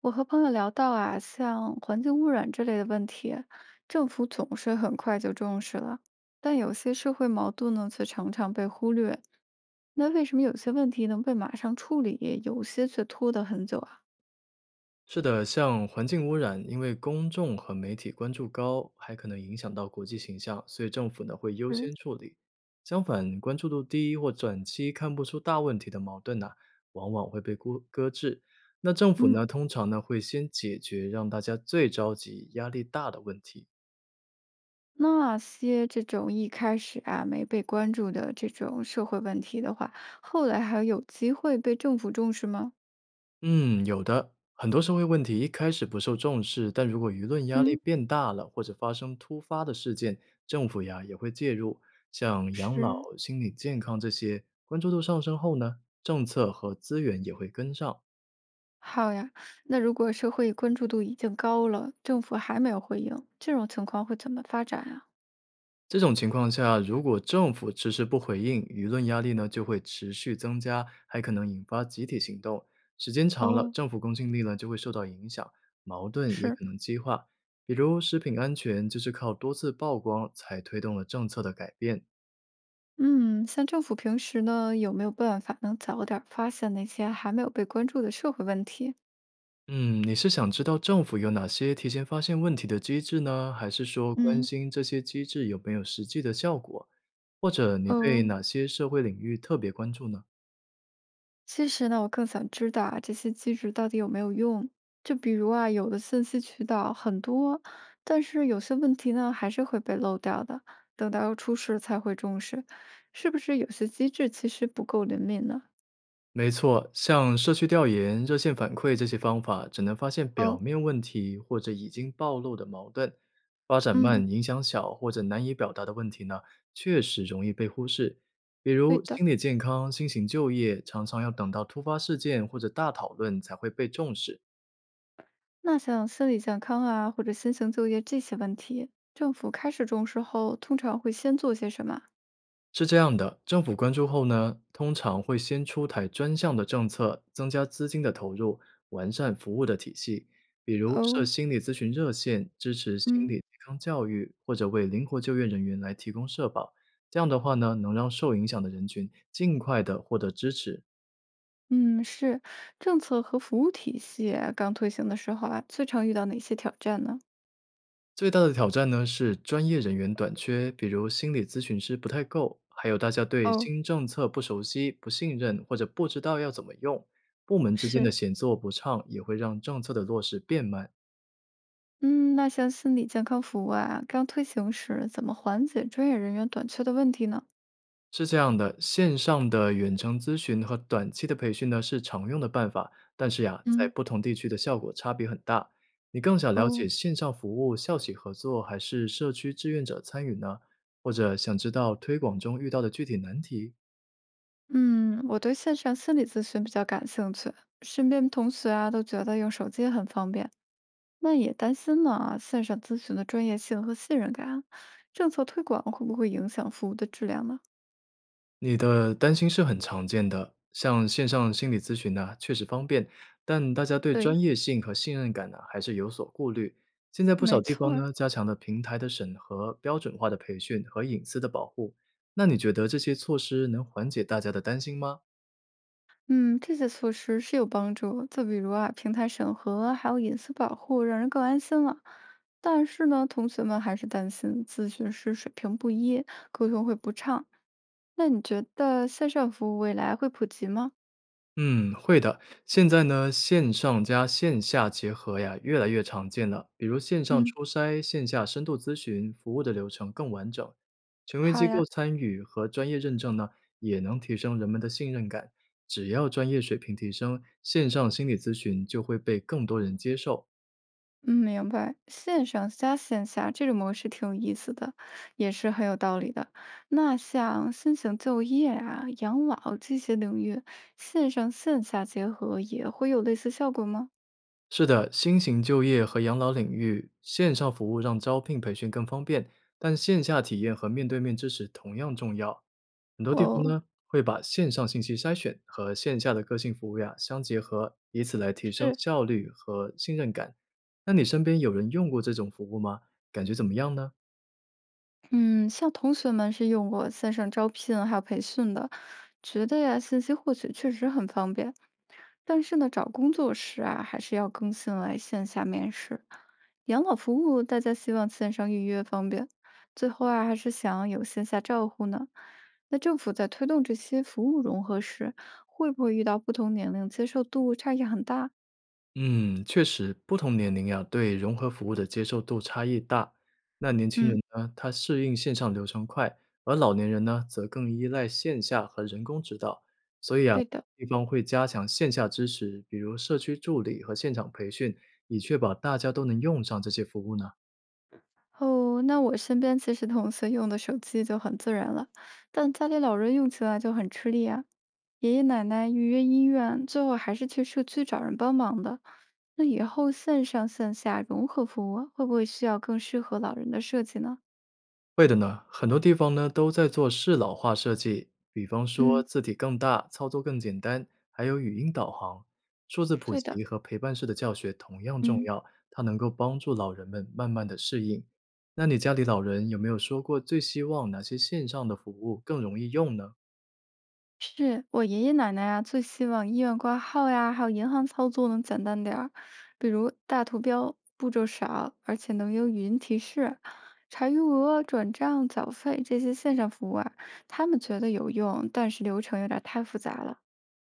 我和朋友聊到啊，像环境污染之类的问题，政府总是很快就重视了，但有些社会矛盾呢，却常常被忽略。那为什么有些问题能被马上处理，有些却拖得很久啊？是的，像环境污染，因为公众和媒体关注高，还可能影响到国际形象，所以政府呢会优嗯，先处理。相反，关注度低或短期看不出大问题的矛盾呢、往往会被搁置。那政府嗯，呢，通常呢会先解决让大家最着急、压力大的问题，那些这种一开始啊没被关注的这种社会问题的话，后来还有机会被政府重视吗？嗯，有的。很多社会问题一开始不受重视，但如果舆论压力嗯，变大了，或者发生突发的事件，政府呀也会介入。像养老、是心理健康这些，关注度上升后呢，政策和资源也会跟上。好呀，那如果社会关注度已经高了，政府还没有回应，这种情况会怎么发展啊？这种情况下，如果政府迟迟不回应，舆论压力呢就会持续增加，还可能引发集体行动。时间长了，哦，政府公信力呢就会受到影响，矛盾也是，可能激化。比如食品安全就是靠多次曝光才推动了政策的改变。嗯，像政府平时呢，有没有办法能早点儿发现那些还没有被关注的社会问题？嗯，你是想知道政府有哪些提前发现问题的机制呢，还是说关嗯，心这些机制有没有实际的效果？或者你对哦，哪些社会领域特别关注呢？其实呢，我更想知道啊，这些机制到底有没有用？就比如啊，有的信息渠道很多，但是有些问题呢，还是会被漏掉的，等到出事才会重视，是不是有些机制其实不够灵敏呢？没错，像社区调研、热线反馈这些方法，只能发现表哦。面问题或者已经暴露的矛盾。发展嗯，慢、影响小或者难以表达的问题呢，确实容易被忽视。比对如的。心理健康、新型就业，常常要等到突发事件或者大讨论才会被重视。那像心理健康啊，或者新型就业这些问题，政府开始重视后，通常会先做些什么啊？是这样的，政府关注后呢，通常会先出台专项的政策，增加资金的投入，完善服务的体系，比如设哦，心理咨询热线，支持心嗯理健康教育，或者为灵活就业人员来提供社保。这样的话呢，能让受影响的人群尽快的获得支持。嗯，是政策和服务体系啊刚推行的时候啊，最常遇到哪些挑战呢？最大的挑战呢是专业人员短缺，比如心理咨询师不太够，还有大家对哦，新政策不熟悉、不信任或者不知道要怎么用，部门之间的是，协作不畅也会让政策的落实变慢。嗯，那像心理健康服务啊，刚推行时怎么缓解专业人员短缺的问题呢？是这样的，线上的远程咨询和短期的培训呢是常用的办法，但是呀，在嗯不同地区的效果差别很大。你更想了解哦，线上服务、校企合作还是社区志愿者参与呢？或者想知道推广中遇到的具体难题？嗯，我对线上心理咨询比较感兴趣，身边同学啊都觉得用手机很方便。那也担心呢啊，线上咨询的专业性和信任感，政策推广会不会影响服务的质量呢？你的担心是很常见的，像线上心理咨询呢，确实方便，但大家对专对，业性和信任感呢，还是有所顾虑。现在不少没地错方儿，呢，加强了平台的审核、标准化的培训和隐私的保护。那你觉得这些措施能缓解大家的担心吗？嗯，这些措施是有帮助，就比如啊，平台审核还有隐私保护，让人更安心了。但是呢，同学们还是担心咨询师水平不一，沟通会不畅。那你觉得线上服务未来会普及吗？嗯，会的。现在呢，线上加线下结合呀，越来越常见了。比如线上嗯，初筛、线下深度咨询，服务的流程更完整，权威好机构呀。参与和专业认证呢，也能提升人们的信任感。只要专业水平提升，线上心理咨询就会被更多人接受。嗯，明白。线上加线下这种模式挺有意思的，也是很有道理的。那像新型就业啊、养老这些领域，线上线下结合也会有类似效果吗？是的，新型就业和养老领域，线上服务让招聘培训更方便，但线下体验和面对面支持同样重要。很多地方哦，呢会把线上信息筛选和线下的个性服务呀相结合，以此来提升是。效率和信任感。那你身边有人用过这种服务吗？感觉怎么样呢？嗯，像同学们是用过线上招聘还有培训的，觉得呀信息获取确实很方便。但是呢，找工作时啊，还是要更新来线下面试。养老服务大家希望线上预约方便，最后啊还是想有线下照护呢。那政府在推动这些服务融合时，会不会遇到不同年龄接受度差异很大？嗯，确实，不同年龄呀对融合服务的接受度差异大。那年轻人嗯，呢，他适应线上流程快，而老年人呢，则更依赖线下和人工指导。所以啊，对的。地方会加强线下支持，比如社区助理和现场培训，以确保大家都能用上这些服务呢。哦，那我身边其实同学用的手机就很自然了，但家里老人用起来就很吃力啊。爷爷奶奶预约医院，最后还是去社区找人帮忙的。那以后线上线下融合服务啊会不会需要更适合老人的设计呢？会的呢，很多地方呢都在做适老化设计，比方说嗯，字体更大、操作更简单，还有语音导航、数字普对的。及和陪伴式的教学同样重嗯。要，它能够帮助老人们慢慢的适应。那你家里老人有没有说过最希望哪些线上的服务更容易用呢？是我爷爷奶奶啊，最希望医院挂号呀，还有银行操作能简单点儿，比如大图标，步骤少，而且能有语音提示，查余额、转账、缴费这些线上服务啊，他们觉得有用，但是流程有点儿太复杂了。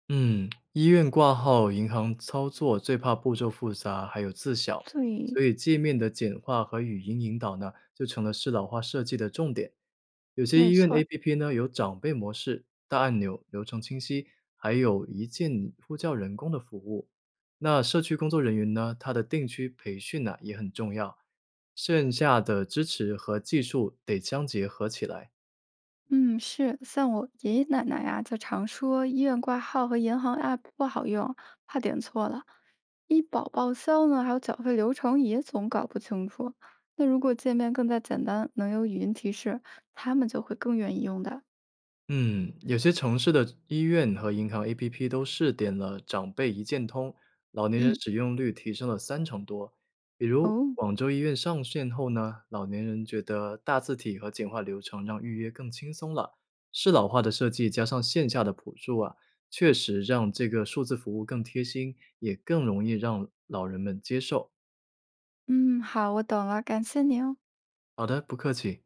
嗯，医院挂号、银行操作最怕步骤复杂，还有字小，对，所以界面的简化和语音引导呢，就成了适老化设计的重点。有些没医院 错 APP 呢有长辈模式、大按钮、流程清晰，还有一键呼叫人工的服务。那社区工作人员呢，他的定期培训呢、也很重要，线下的支持和技术得相结合起来。嗯，是，像我爷爷奶奶呀，就常说医院挂号和银行 App 不好用，怕点错了。医保报销呢，还有缴费流程也总搞不清楚。那如果界面更加简单，能有语音提示，他们就会更愿意用的。嗯，有些城市的医院和银行 APP 都试点了长辈一键通，老年人嗯，使用率提升了三成多。比如哦，广州医院上线后呢，老年人觉得大字体和简化流程让预约更轻松了。适老化的设计加上线下的辅助啊，确实让这个数字服务更贴心，也更容易让老人们接受。嗯，好，我懂了，感谢您哦。好的，不客气。